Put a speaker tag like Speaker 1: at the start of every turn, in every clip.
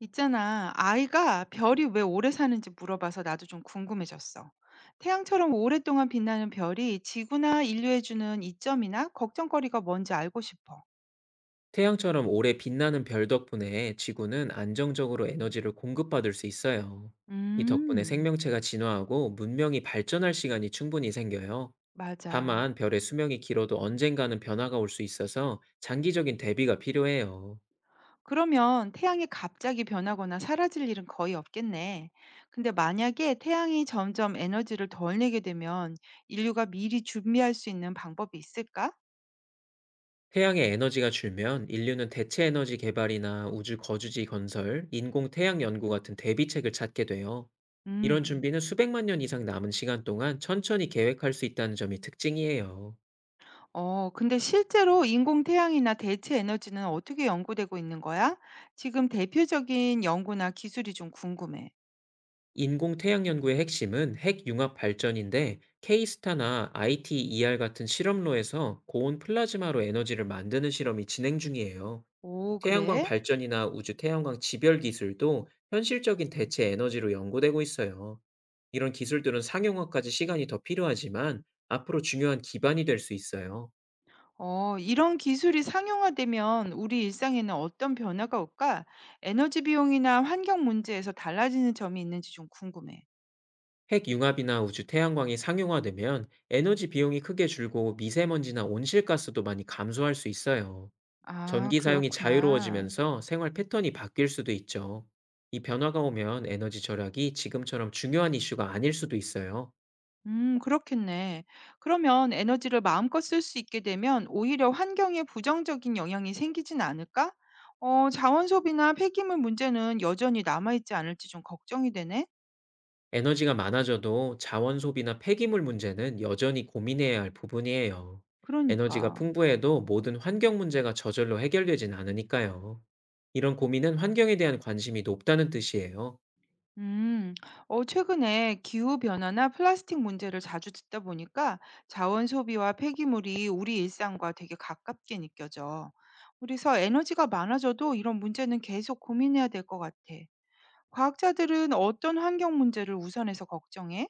Speaker 1: 있잖아, 아이가 별이 왜 오래 사는지 물어봐서 나도 좀 궁금해졌어. 태양처럼 오랫동안 빛나는 별이 지구나 인류에 주는 이점이나 걱정거리가 뭔지 알고 싶어.
Speaker 2: 태양처럼 오래 빛나는 별 덕분에 지구는 안정적으로 에너지를 공급받을 수 있어요. 이 덕분에
Speaker 1: 음,
Speaker 2: 생명체가 진화하고 문명이 발전할 시간이 충분히 생겨요.
Speaker 1: 맞아.
Speaker 2: 다만 별의 수명이 길어도 언젠가는 변화가 올 수 있어서 장기적인 대비가 필요해요.
Speaker 1: 그러면 태양이 갑자기 변하거나 사라질 일은 거의 없겠네. 근데 만약에 태양이 점점 에너지를 덜 내게 되면 인류가 미리 준비할 수 있는 방법이 있을까?
Speaker 2: 태양의 에너지가 줄면 인류는 대체 에너지 개발이나 우주 거주지 건설, 인공 태양 연구 같은 대비책을 찾게 돼요. 이런
Speaker 1: 음.
Speaker 2: 준비는 수백만 년 이상 남은 시간 동안 천천히 계획할 수 있다는 점이 특징이에요.
Speaker 1: 근데 실제로 인공 태양이나 대체 에너지는 어떻게 연구되고 있는 거야? 지금 대표적인 연구나 기술이 좀 궁금해.
Speaker 2: 인공태양 연구의 핵심은 핵융합 발전인데, K-스타나 ITER 같은 실험로에서 고온 플라즈마로 에너지를 만드는 실험이 진행 중이에요.
Speaker 1: 오,
Speaker 2: 태양광
Speaker 1: 그래?
Speaker 2: 발전이나 우주 태양광 집열 기술도 현실적인 대체 에너지로 연구되고 있어요. 이런 기술들은 상용화까지 시간이 더 필요하지만, 앞으로 중요한 기반이 될 수 있어요.
Speaker 1: 이런 기술이 상용화되면 우리 일상에는 어떤 변화가 올까? 에너지 비용이나 환경 문제에서 달라지는 점이 있는지 좀 궁금해.
Speaker 2: 핵융합이나 우주 태양광이 상용화되면 에너지 비용이 크게 줄고, 미세먼지나 온실가스도 많이 감소할 수 있어요.
Speaker 1: 아,
Speaker 2: 전기 사용이
Speaker 1: 그렇구나.
Speaker 2: 자유로워지면서 생활 패턴이 바뀔 수도 있죠. 이 변화가 오면 에너지 절약이 지금처럼 중요한 이슈가 아닐 수도 있어요.
Speaker 1: 그렇겠네. 그러면 에너지를 마음껏 쓸 수 있게 되면 오히려 환경에 부정적인 영향이 생기진 않을까? 자원 소비나 폐기물 문제는 여전히 남아있지 않을지 좀 걱정이 되네.
Speaker 2: 에너지가 많아져도 자원 소비나 폐기물 문제는 여전히 고민해야 할 부분이에요. 에너지가
Speaker 1: 그러니까.
Speaker 2: 풍부해도 모든 환경 문제가 저절로 해결되진 않으니까요. 이런 고민은 환경에 대한 관심이 높다는 뜻이에요.
Speaker 1: 음, 최근에 기후변화나 플라스틱 문제를 자주 듣다 보니까 자원 소비와 폐기물이 우리 일상과 되게 가깝게 느껴져. 그래서 에너지가 많아져도 이런 문제는 계속 고민해야 될 것 같아. 과학자들은 어떤 환경 문제를 우선해서 걱정해?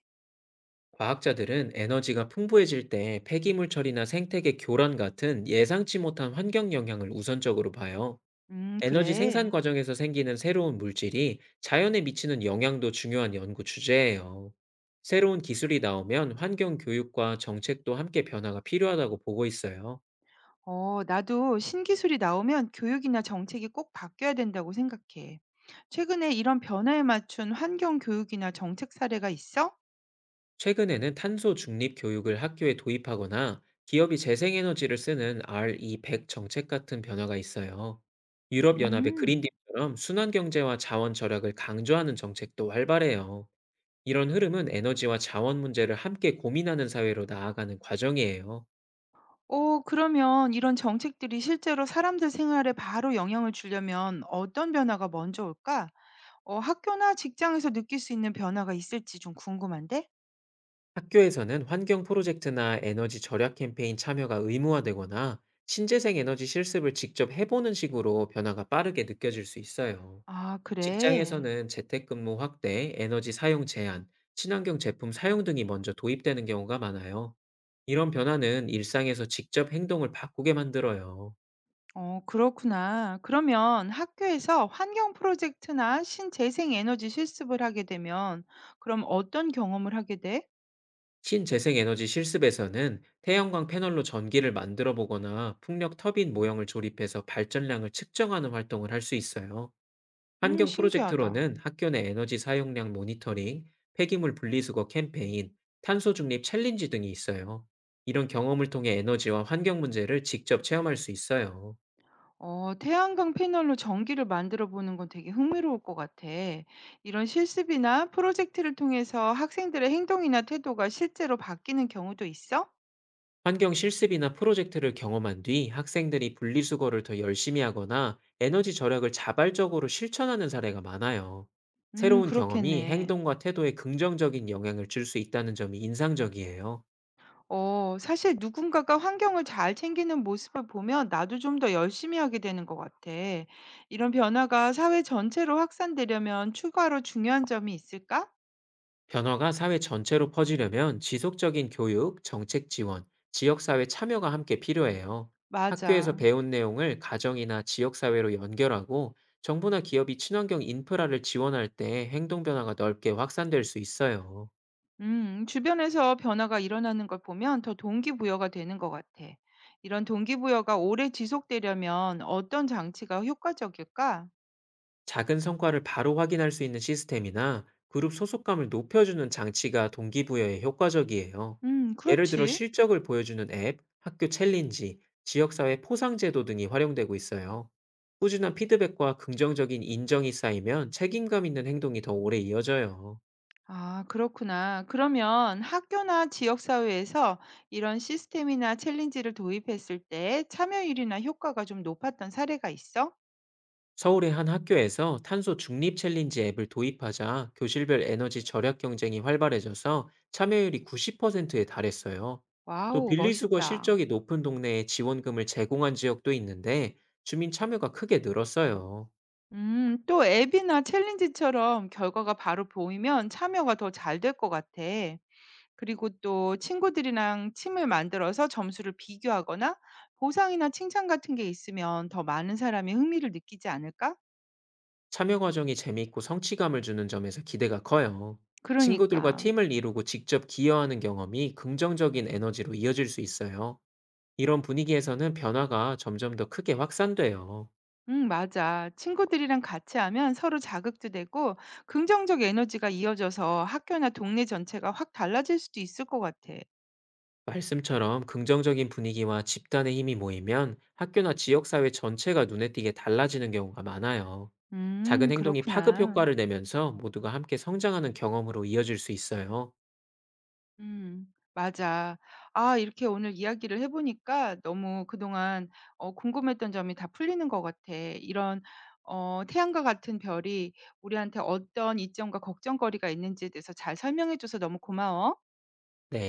Speaker 2: 과학자들은 에너지가 풍부해질 때 폐기물 처리나 생태계 교란 같은 예상치 못한 환경 영향을 우선적으로 봐요. 에너지
Speaker 1: 그래.
Speaker 2: 생산 과정에서 생기는 새로운 물질이 자연에 미치는 영향도 중요한 연구 주제예요. 새로운 기술이 나오면 환경 교육과 정책도 함께 변화가 필요하다고 보고 있어요.
Speaker 1: 나도 신기술이 나오면 교육이나 정책이 꼭 바뀌어야 된다고 생각해. 최근에 이런 변화에 맞춘 환경 교육이나 정책 사례가 있어?
Speaker 2: 최근에는 탄소 중립 교육을 학교에 도입하거나, 기업이 재생에너지를 쓰는 RE100 정책 같은 변화가 있어요. 유럽연합의
Speaker 1: 음.
Speaker 2: 그린딜처럼 순환경제와 자원 절약을 강조하는 정책도 활발해요. 이런 흐름은 에너지와 자원 문제를 함께 고민하는 사회로 나아가는 과정이에요.
Speaker 1: 그러면 이런 정책들이 실제로 사람들 생활에 바로 영향을 주려면 어떤 변화가 먼저 올까? 학교나 직장에서 느낄 수 있는 변화가 있을지 좀 궁금한데?
Speaker 2: 학교에서는 환경 프로젝트나 에너지 절약 캠페인 참여가 의무화되거나, 신재생 에너지 실습을 직접 해보는 식으로 변화가 빠르게 느껴질 수 있어요.
Speaker 1: 아, 그래.
Speaker 2: 직장에서는 재택근무 확대, 에너지 사용 제한, 친환경 제품 사용 등이 먼저 도입되는 경우가 많아요. 이런 변화는 일상에서 직접 행동을 바꾸게 만들어요.
Speaker 1: 어, 그렇구나. 그러면 학교에서 환경 프로젝트나 신재생 에너지 실습을 하게 되면 그럼 어떤 경험을 하게 돼?
Speaker 2: 신재생 에너지 실습에서는 태양광 패널로 전기를 만들어 보거나, 풍력 터빈 모형을 조립해서 발전량을 측정하는 활동을 할 수 있어요. 환경
Speaker 1: 신기하다.
Speaker 2: 프로젝트로는 학교 내 에너지 사용량 모니터링, 폐기물 분리수거 캠페인, 탄소 중립 챌린지 등이 있어요. 이런 경험을 통해 에너지와 환경 문제를 직접 체험할 수 있어요.
Speaker 1: 태양광 패널로 전기를 만들어 보는 건 되게 흥미로울 것 같아. 이런 실습이나 프로젝트를 통해서 학생들의 행동이나 태도가 실제로 바뀌는 경우도 있어?
Speaker 2: 환경 실습이나 프로젝트를 경험한 뒤, 학생들이 분리수거를 더 열심히 하거나 에너지 절약을 자발적으로 실천하는 사례가 많아요. 새로운 경험이
Speaker 1: 그렇겠네.
Speaker 2: 행동과 태도에 긍정적인 영향을 줄 수 있다는 점이 인상적이에요.
Speaker 1: 사실 누군가가 환경을 잘 챙기는 모습을 보면 나도 좀 더 열심히 하게 되는 것 같아. 이런 변화가 사회 전체로 확산되려면 추가로 중요한 점이 있을까?
Speaker 2: 변화가 사회 전체로 퍼지려면 지속적인 교육, 정책 지원, 지역사회 참여가 함께 필요해요. 학교에서
Speaker 1: 맞아.
Speaker 2: 배운 내용을 가정이나 지역사회로 연결하고, 정부나 기업이 친환경 인프라를 지원할 때 행동 변화가 넓게 확산될 수 있어요.
Speaker 1: 주변에서 변화가 일어나는 걸 보면 더 동기부여가 되는 것 같아. 이런 동기부여가 오래 지속되려면 어떤 장치가 효과적일까?
Speaker 2: 작은 성과를 바로 확인할 수 있는 시스템이나 그룹 소속감을 높여주는 장치가 동기부여에 효과적이에요. 예를 들어
Speaker 1: 그렇지.
Speaker 2: 실적을 보여주는 앱, 학교 챌린지, 지역사회 포상제도 등이 활용되고 있어요. 꾸준한 피드백과 긍정적인 인정이 쌓이면 책임감 있는 행동이 더 오래 이어져요.
Speaker 1: 아, 그렇구나. 그러면 학교나 지역사회에서 이런 시스템이나 챌린지를 도입했을 때 참여율이나 효과가 좀 높았던 사례가 있어?
Speaker 2: 서울의 한 학교에서 탄소 중립 챌린지 앱을 도입하자, 교실별 에너지 절약 경쟁이 활발해져서 참여율이 90%에 달했어요. 또
Speaker 1: 와우,
Speaker 2: 빌리수거
Speaker 1: 멋있다.
Speaker 2: 실적이 높은 동네에 지원금을 제공한 지역도 있는데, 주민 참여가 크게 늘었어요.
Speaker 1: 또 앱이나 챌린지처럼 결과가 바로 보이면 참여가 더 잘 될 것 같아. 그리고 또 친구들이랑 팀을 만들어서 점수를 비교하거나 보상이나 칭찬 같은 게 있으면 더 많은 사람이 흥미를 느끼지 않을까?
Speaker 2: 참여 과정이 재미있고 성취감을 주는 점에서 기대가 커요. 친구들과
Speaker 1: 그러니까.
Speaker 2: 팀을 이루고 직접 기여하는 경험이 긍정적인 에너지로 이어질 수 있어요. 이런 분위기에서는 변화가 점점 더 크게 확산돼요.
Speaker 1: 응, 맞아. 친구들이랑 같이 하면 서로 자극도 되고 긍정적 에너지가 이어져서 학교나 동네 전체가 확 달라질 수도 있을 것 같아.
Speaker 2: 말씀처럼 긍정적인 분위기와 집단의 힘이 모이면 학교나 지역사회 전체가 눈에 띄게 달라지는 경우가 많아요. 작은 행동이 파급
Speaker 1: 그렇구나.
Speaker 2: 효과를 내면서 모두가 함께 성장하는 경험으로 이어질 수 있어요.
Speaker 1: 음, 맞아. 아, 이렇게 오늘 이야기를 해보니까 너무 그동안 궁금했던 점이 다 풀리는 것 같아. 이런 태양과 같은 별이 우리한테 어떤 이점과 걱정거리가 있는지에 대해서 잘 설명해줘서 너무 고마워.
Speaker 2: 네.